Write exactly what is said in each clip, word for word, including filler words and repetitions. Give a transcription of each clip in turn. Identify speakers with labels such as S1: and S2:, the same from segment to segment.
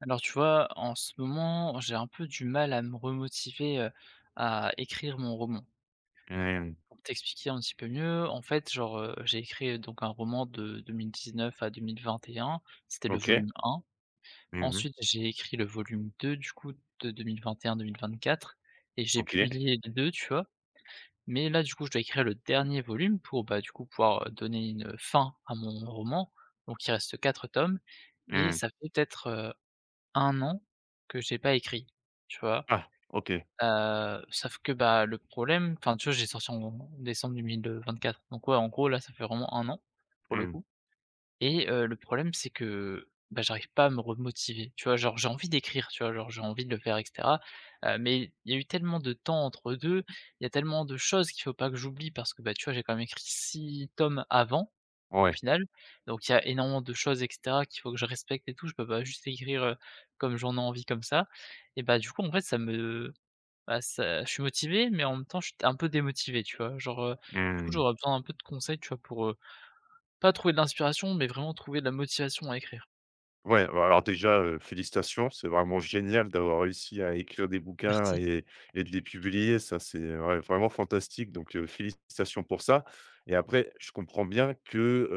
S1: Alors tu vois, en ce moment, j'ai un peu du mal à me remotiver, heu, à écrire mon roman.
S2: Mhm.
S1: Pour t'expliquer un petit peu mieux, en fait, genre, heu, j'ai écrit, heu, donc un roman de deux mille dix-neuf à deux mille vingt et un, c'était le
S2: Okay.
S1: volume un.
S2: Mhm.
S1: Ensuite, j'ai écrit le volume deux du coup de deux mille vingt et un-deux mille vingt-quatre et un-deux mille vingt-quatre et j'ai
S2: Okay.
S1: publié les deux, tu vois? Mais là, du coup, je dois écrire le dernier volume pour, bah, du coup, pouvoir, heu, donner une fin à mon roman. Donc il reste quatre tomes et
S2: Mhm.
S1: ça fait peut-être un an que j'ai pas écrit, tu vois?
S2: Ah, okay.
S1: Heu, sauf que, bah, le problème, enfin, tu vois, j'ai sorti en décembre deux mille vingt-quatre, donc ouais, en gros, là, ça fait vraiment un an, pour le
S2: Mhm.
S1: coup. Et heu, le problème, c'est que, bah, j'arrive pas à me remotiver, tu vois? Genre, j'ai envie d'écrire, tu vois? Genre, j'ai envie de le faire et cetera, heu, mais il y a eu tellement de temps entre deux, il y a tellement de choses qu'il faut pas que j'oublie parce que, bah, tu vois, j'ai quand même écrit six tomes avant au
S2: Ouais.
S1: final, donc il y a énormément de choses et cetera qu'il faut que je respecte et tout, je peux pas juste écrire, heu, comme j'en ai envie comme ça. Et bah, du coup, en fait, ça me bah, ça je suis motivé, mais en même temps, je suis un peu démotivé, tu vois? Genre, heu, du coup,
S2: Mmh.
S1: j'aurais besoin un peu de conseils, tu vois? Pour, heu, pas trouver de l'inspiration, mais vraiment trouver de la motivation à écrire.
S2: Ouais, bah, alors déjà, heu, félicitations, c'est vraiment génial d'avoir réussi à écrire des bouquins
S1: Merci.
S2: et et de les publier. Ça, c'est ouais, vraiment fantastique, donc heu, félicitations pour ça. Et après, je comprends bien que,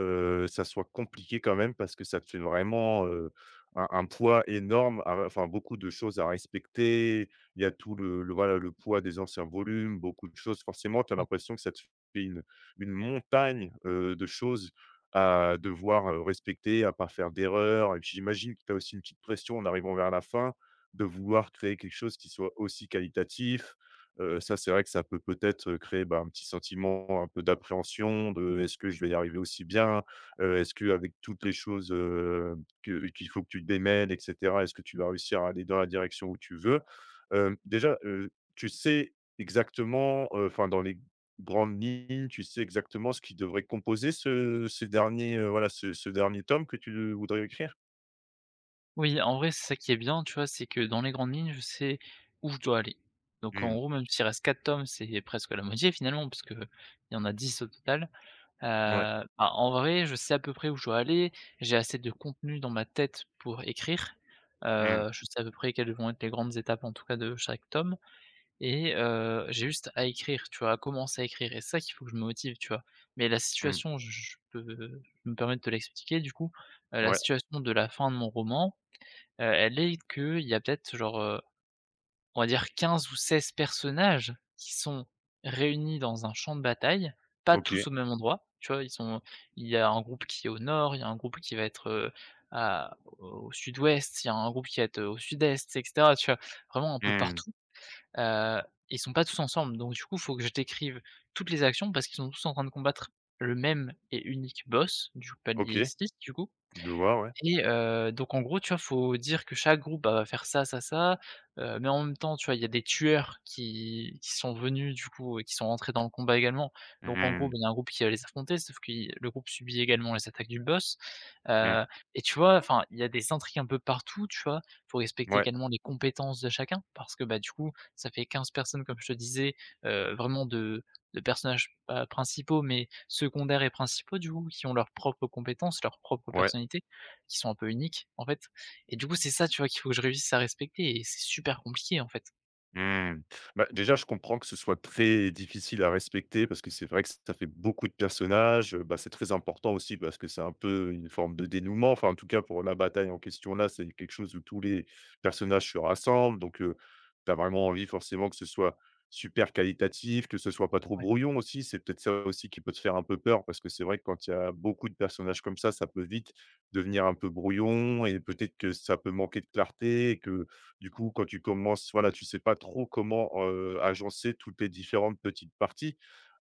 S2: heu, ça soit compliqué quand même parce que ça te fait vraiment, heu, un un poids énorme à enfin beaucoup de choses à respecter. Il y a tout le le voilà, le poids des anciens volumes, beaucoup de choses. Forcément, tu as
S1: Ouais.
S2: l'impression que ça te fait une une montagne, heu, de choses à devoir, heu, respecter, à pas faire d'erreurs et puis j'imagine que tu as aussi une petite pression en arrivant vers la fin, de vouloir créer quelque chose qui soit aussi qualitatif. Heu, ça, c'est vrai que ça peut peut-être, heu, créer, bah, un petit sentiment un peu d'appréhension de: «Est-ce que je vais y arriver aussi bien? Heu, est-ce que avec toutes les choses, heu, que qu'il faut que tu démêles et cetera, est-ce que tu vas réussir à aller dans la direction où tu veux?» hem, déjà, heu, tu sais exactement, enfin dans les grande ligne, tu sais exactement ce qui devrait composer ce ce dernier, heu, voilà, ce ce dernier tome que tu voudrais écrire?
S1: Oui, en vrai, c'est ça qui est bien, tu vois? C'est que dans les grandes lignes, je sais où je dois aller. Donc en
S2: Mmh.
S1: gros, même s'il reste quatre tomes, c'est presque la moitié finalement, parce que il y en a dix au total. Heu,
S2: Ouais.
S1: bah, en vrai, je sais à peu près où je dois aller. J'ai assez de contenu dans ma tête pour écrire.
S2: Mmh.
S1: Heu, je sais à peu près quelles vont être les grandes étapes, en tout cas, de chaque tome. Et heu, j'ai juste à écrire, tu vois? À commencer à écrire, et c'est ça qu'il faut que je me motive, tu vois? Mais la
S2: Mmh.
S1: situation, j je peux je me permettre de te l'expliquer, du coup. Heu, la
S2: Ouais.
S1: situation de la fin de mon roman, heu, elle est qu'il y a peut-être genre, euh, on va dire quinze ou seize personnages qui sont réunis dans un champ de bataille, pas
S2: OK.
S1: tous au même endroit, tu vois? Ils sont il y a un groupe qui est au nord, il y a un groupe qui va être, heu, à au sud-ouest, il y a un groupe qui va être au sud-est et cetera, tu vois? Vraiment un peu
S2: Mmh.
S1: partout, heu, ils sont pas tous ensemble, donc du coup, il faut que je décrive toutes les actions parce qu'ils sont tous en train de combattre le même et unique boss du palier
S2: OK.
S1: six, du coup.
S2: Je vois, ouais.
S1: Et heu, donc en gros, tu vois, faut dire que chaque groupe, bah, va faire ça, ça, ça, heu, mais en même temps, tu vois, il y a des tueurs qui qui sont venus du coup et qui sont rentrés dans le combat également. Donc en gros,
S2: Mmh.
S1: bah, il y a un groupe qui va les affronter, sauf qu'il le groupe subit également les attaques du boss,
S2: Mmh.
S1: heu et tu vois, enfin, il y a des intrigues un peu partout, tu vois? Faut respecter
S2: Ouais.
S1: également les compétences de chacun parce que, bah, du coup, ça fait quinze personnes comme je te disais, heu, vraiment de de personnages, pas principaux, mais secondaires et principaux du coup, qui ont leurs propres compétences, leurs propres
S2: Ouais.
S1: personnalités qui sont un peu uniques, en fait. Et du coup, c'est ça, tu vois, qu'il faut que je réussisse à respecter, et c'est super compliqué, en fait.
S2: Mmh. Bah, déjà, je comprends que ce soit très difficile à respecter parce que c'est vrai que ça fait beaucoup de personnages. Heu, bah, c'est très important aussi parce que c'est un peu une forme de dénouement. Enfin, en tout cas, pour la bataille en question là, c'est quelque chose où tous les personnages se rassemblent. Donc, heu, tu as vraiment envie forcément que ce soit super qualitatif, que ce soit pas trop
S1: Ouais,
S2: brouillon aussi. C'est peut-être ça aussi qui peut te faire un peu peur parce que c'est vrai que quand il y a beaucoup de personnages comme ça, ça peut vite devenir un peu brouillon et peut-être que ça peut manquer de clarté et que du coup, quand tu commences, voilà, tu sais pas trop comment, heu, agencer toutes les différentes petites parties,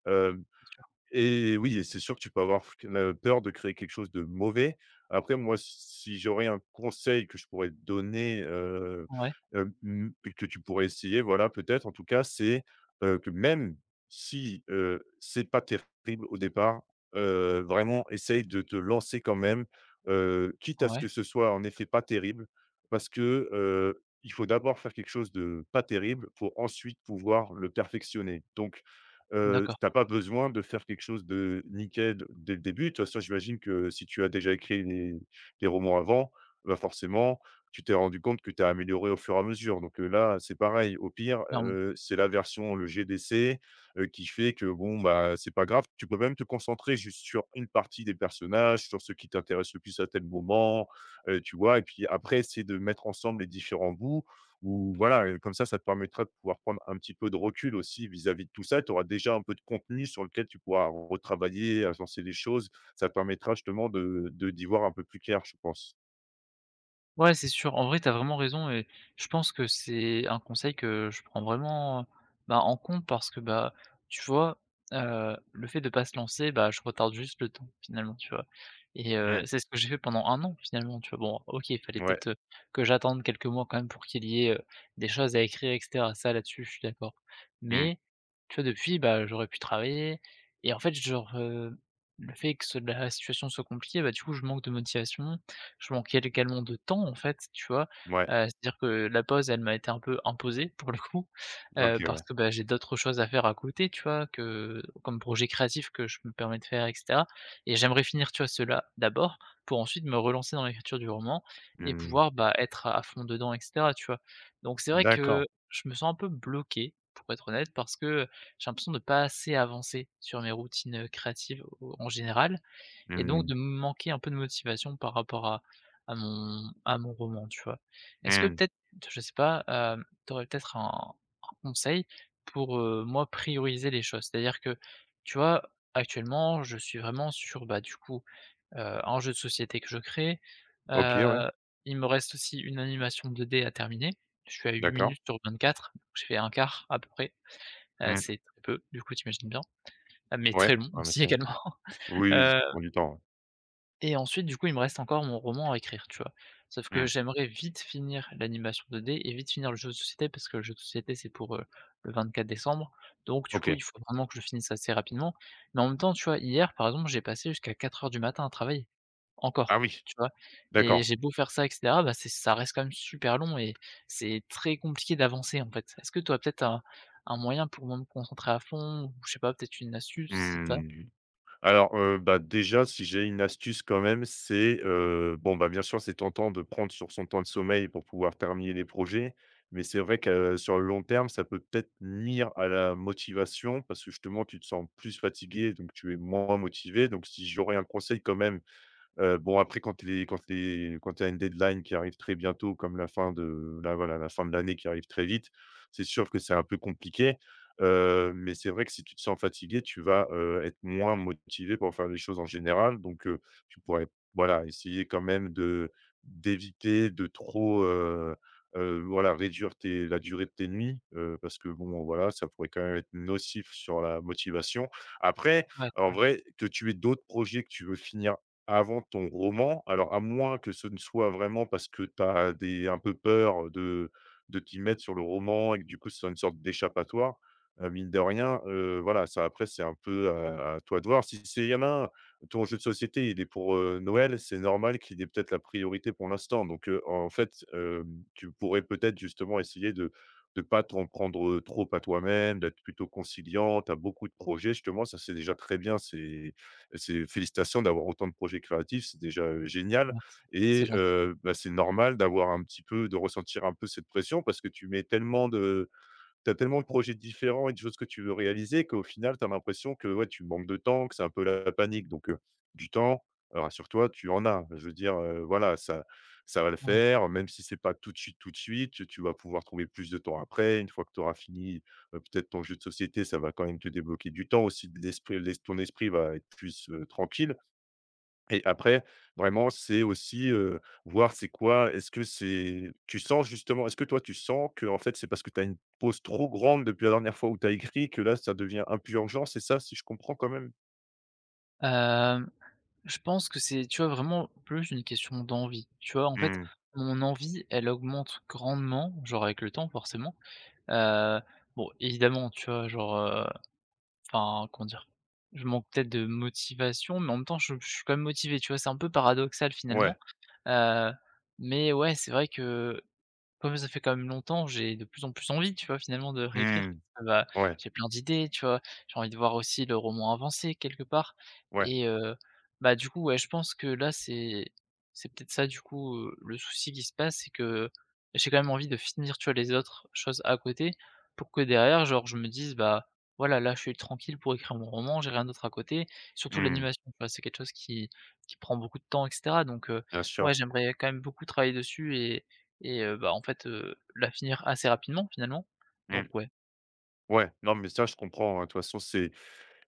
S2: hem
S1: bien sûr.
S2: et oui et c'est sûr que tu peux avoir f la peur de créer quelque chose de mauvais. Après moi, si j'aurais un conseil que je pourrais te donner, heu,
S1: Ouais,
S2: hem, mmh, et que tu pourrais essayer, voilà, peut-être en tout cas, c'est, heu, que même si, heu, c'est pas terrible au départ, heu, vraiment essaye de te lancer quand même, heu, quitte à ce
S1: ouais,
S2: que ce soit en effet pas terrible parce que, heu, il faut d'abord faire quelque chose de pas terrible pour ensuite pouvoir le perfectionner. Donc Heu,
S1: d'accord.
S2: tu pas besoin de faire quelque chose de nickel dès le début. De toute façon, j'imagine que si tu as déjà écrit des des romans avant, bah, forcément, tu t'es rendu compte que tu as amélioré au fur et à mesure. Donc, heu, là, c'est pareil. Au pire, heu, c'est la version, le G D C, heu, qui fait que bon, bah, c'est pas grave. Tu peux même te concentrer juste sur une partie des personnages, sur ce qui t'intéresse le plus à tel moment, heu, tu vois? Et puis après, c'est de mettre ensemble les différents bouts ou voilà, comme ça, ça te permettra de pouvoir prendre un petit peu de recul aussi vis-à-vis de tout ça. Tu auras déjà un peu de contenu sur lequel tu pourras retravailler, agencer des choses. Ça te permettra justement de de d'y voir un peu plus clair, je pense.
S1: Ouais, c'est sûr. En vrai, tu as vraiment raison, et je pense que c'est un conseil que je prends vraiment, bah, en compte parce que, bah, tu vois, heu, le fait de pas se lancer, bah, je retarde juste le temps finalement, tu vois? Et heu,
S2: Mmh.
S1: c'est ce que j'ai fait pendant un an finalement, tu vois? Bon, OK, il fallait
S2: Ouais.
S1: peut-être, heu, que j'attende quelques mois quand même pour qu'il y ait, heu, des choses à écrire et cetera. Ça, là-dessus, je suis d'accord.
S2: Mmh.
S1: Mais tu vois, depuis, bah, j'aurais pu travailler, et en fait, genre, heu, le fait que ce la situation soit compliquée, bah, du coup, je manque de motivation. Je manquais également de temps, en fait, tu vois?
S2: Ouais.
S1: Heu, c'est-à-dire que la pause, elle m'a été un peu imposée, pour le coup, heu,
S2: OK,
S1: parce
S2: ouais.
S1: que, bah, j'ai d'autres choses à faire à côté, tu vois? Que comme projet créatif que je me permets de faire et cetera, et j'aimerais finir, tu vois, ceux d'abord pour ensuite me relancer dans l'écriture du roman et
S2: Mmh.
S1: pouvoir, bah, être à fond dedans et cetera, tu vois? Donc c'est vrai que
S2: D'accord.
S1: je me sens un peu bloqué, pour être honnête, parce que j'ai l'impression de pas assez avancer sur mes routines créatives au en général, et donc
S2: Mmh.
S1: de me manquer un peu de motivation par rapport à à mon à mon roman, tu vois? Est-ce que
S2: Mmh.
S1: peut-être, je sais pas, hem, tu aurais peut-être un un conseil pour, heu, moi prioriser les choses? C'est-à-dire que, tu vois, actuellement, je suis vraiment sur, bah, du coup, heu, un jeu de société que je crée,
S2: OK, ouais.
S1: heu, il me reste aussi une animation deux D à terminer. Je suis à huit
S2: D'accord.
S1: minutes sur vingt-quatre, je fais un quart à peu près, heu,
S2: Mmh.
S1: c'est très peu, du coup tu imagines bien. Euh, mais
S2: Ouais,
S1: très long
S2: en
S1: aussi
S2: effet.
S1: également.
S2: Oui, ça prend du temps, ouais.
S1: Et ensuite, du coup, il me reste encore mon roman à écrire, tu vois? Sauf que
S2: Mmh.
S1: j'aimerais vite finir l'animation deux D et vite finir le jeu de société parce que le jeu de société, c'est pour, heu, le vingt-quatre décembre. Donc du coup,
S2: OK.
S1: il faut vraiment que je finisse assez rapidement. Mais en même temps, tu vois, hier, par exemple, j'ai passé jusqu'à quatre heures du matin à travailler,
S2: Ah
S1: encore,
S2: oui,
S1: tu vois? Et
S2: d'accord.
S1: j'ai beau faire ça et cetera, bah, c'est ça reste quand même super long, et c'est très compliqué d'avancer, en fait. Est-ce que tu as peut-être un un moyen pour moi me concentrer à fond? Ou je sais pas, peut-être une astuce si tu...
S2: Mmh. Alors, heu, bah, déjà, si j'ai une astuce quand même, c'est, heu, bon, bah, bien sûr, c'est tentant de prendre sur son temps de sommeil pour pouvoir terminer les projets, mais c'est vrai que, euh, sur le long terme, ça peut peut-être nuire à la motivation parce que justement, tu te sens plus fatigué, donc tu es moins motivé. Donc si j'aurais un conseil quand même. Heu, bon après quand les quand les quand tu as une deadline qui arrive très bientôt comme la fin de là voilà, la fin de l'année qui arrive très vite, c'est sûr que c'est un peu compliqué. Heu, mais c'est vrai que si tu te sens fatigué, tu vas, heu, être moins motivé pour faire les choses en général. Donc, heu, tu pourrais voilà, essayer quand même de d'éviter de trop, heu heu, voilà réduire tes la durée de tes nuits, heu, parce que bon voilà, ça pourrait quand même être nocif sur la motivation. Après,
S1: Ouais,
S2: en
S1: ouais,
S2: vrai, que tu aies d'autres projets que tu veux finir avant ton roman, alors à moins que ce ne soit vraiment parce que tu as des un peu peur, de de t'y mettre sur le roman et que du coup, ce soit une sorte d'échappatoire, heu, mine de rien, heu, voilà, ça après c'est un peu à à toi de voir. Si c'est Il y en a un, ton jeu de société, il est pour, heu, Noël, c'est normal qu'il ait peut-être la priorité pour l'instant. Donc, heu, en fait, hem, tu pourrais peut-être justement essayer de de pas t'en prendre, trop à toi-même, d'être plutôt conciliant. Tu as beaucoup de projets justement, ça c'est déjà très bien, c'est c'est félicitations d'avoir autant de projets créatifs, c'est déjà, heu, génial.
S1: merci, c'est
S2: Et
S1: gentil.
S2: heu, bah, c'est normal d'avoir un petit peu de ressentir un peu cette pression parce que tu mets tellement de tu as tellement de projets différents et de choses que tu veux réaliser qu'au final, tu as l'impression que, ouais, tu manques de temps, que c'est un peu la panique. Donc, heu, du temps, heu, rassure-toi, tu en as. Je veux dire, heu, voilà, ça ça va le
S1: Ouais.
S2: faire, même si c'est pas tout de suite, tout de suite, tu tu vas pouvoir trouver plus de temps après. Une fois que tu auras fini, heu, peut-être ton jeu de société, ça va quand même te débloquer du temps aussi, l'esprit l'es ton esprit va être plus, heu, tranquille. Et après, vraiment, c'est aussi, heu, voir c'est quoi est-ce que c'est tu sens justement est-ce que toi tu sens que en fait, c'est parce que tu as une pause trop grande depuis la dernière fois où tu as écrit que là, ça devient un peu urgent, c'est ça, si je comprends quand même?
S1: Hem Je pense que c'est, tu vois, vraiment plus une question d'envie. Tu vois, en fait,
S2: Mmh,
S1: mon envie, elle augmente grandement, genre avec le temps forcément. Heu, bon, évidemment, tu vois, genre, heu, enfin, comment dire? Je manque peut-être de motivation, mais en même temps, je je suis quand même motivé, tu vois? C'est un peu paradoxal finalement.
S2: ouais,
S1: Heu, mais ouais, c'est vrai que comme ça fait quand même longtemps, j'ai de plus en plus envie, tu vois, finalement, de réécrire.
S2: mmh,
S1: Ah bah,
S2: ouais,
S1: j'ai plein d'idées, tu vois? J'ai envie de voir aussi le roman avancer quelque part.
S2: ouais,
S1: Et heu, bah, du coup, ouais, je pense que là, c'est c'est peut-être ça, du coup, heu, le souci qui se passe, c'est que j'ai quand même envie de finir, tu vois, les autres choses à côté pour que derrière, genre, je me dise: «Bah, voilà, là, je suis tranquille pour écrire mon roman, j'ai rien d'autre à côté». Surtout
S2: mmh,
S1: l'animation, tu vois, c'est quelque chose qui qui prend beaucoup de temps et cetera, donc heu,
S2: bien sûr,
S1: ouais, j'aimerais quand même beaucoup travailler dessus. Et et heu, bah, en fait, heu, la finir assez rapidement finalement. Donc
S2: mmh,
S1: ouais,
S2: ouais, non, mais ça, je comprends, hein. De toute façon, c'est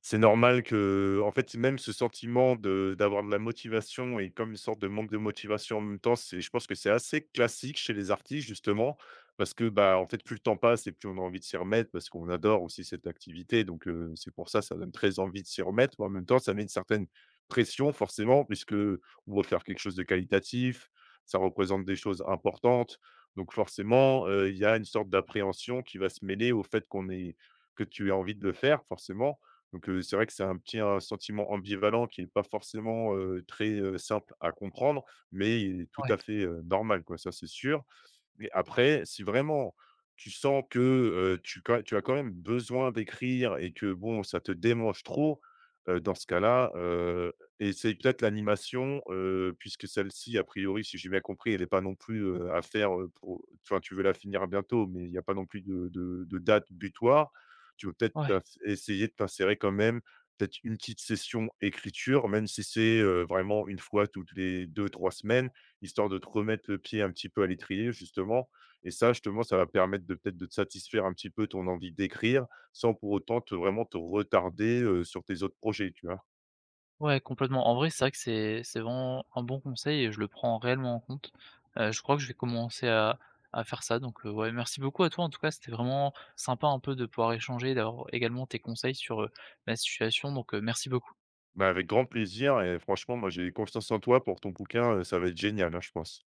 S2: C'est normal que, en fait, même ce sentiment de d'avoir de la motivation et comme une sorte de manque de motivation en même temps, c'est je pense que c'est assez classique chez les artistes justement, parce que, bah, en fait, plus le temps passe et plus on a envie de s'y remettre parce qu'on adore aussi cette activité donc heu, c'est pour ça, ça donne très envie de s'y remettre, mais en même temps, ça met une certaine pression forcément puisque on veut faire quelque chose de qualitatif, ça représente des choses importantes donc forcément, heu, il y a une sorte d'appréhension qui va se mêler au fait qu'on est que tu as envie de le faire forcément donc, heu, c'est vrai que c'est un petit, heu, sentiment ambivalent qui n'est pas forcément, heu, très, heu, simple à comprendre, mais il est tout
S1: ouais,
S2: à fait, heu, normal, quoi, ça c'est sûr. Mais après, si vraiment tu sens que, heu, tu quand tu as quand même besoin d'écrire et que bon, ça te démange trop, heu, dans ce cas-là, heu, essaye peut-être l'animation, heu, puisque celle-ci, a priori, si j'ai bien compris, elle n'est pas non plus, heu, à faire, heu, pour enfin, tu veux la finir bientôt, mais il n'y a pas non plus de de de date butoir. Tu veux peut-être
S1: ouais,
S2: t'in essayer de t'insérer quand même peut-être une petite session écriture, même si c'est, heu, vraiment une fois toutes les deux, trois semaines, histoire de te remettre le pied un petit peu à l'étrier justement et ça justement, ça va permettre de peut-être de te satisfaire un petit peu ton envie d'écrire, sans pour autant te vraiment te retarder, heu, sur tes autres projets, tu vois?
S1: ouais, complètement. En vrai, c'est vrai que c'est c'est vraiment un bon conseil, et je le prends réellement en compte. Heu, je crois que je vais commencer à à faire ça, donc heu, ouais, merci beaucoup à toi en tout cas, c'était vraiment sympa un peu de pouvoir échanger, d'avoir également tes conseils sur, heu, ma situation, donc heu, merci beaucoup.
S2: Bah, avec grand plaisir et franchement, moi j'ai confiance en toi pour ton bouquin, heu, ça va être génial, hein, je pense.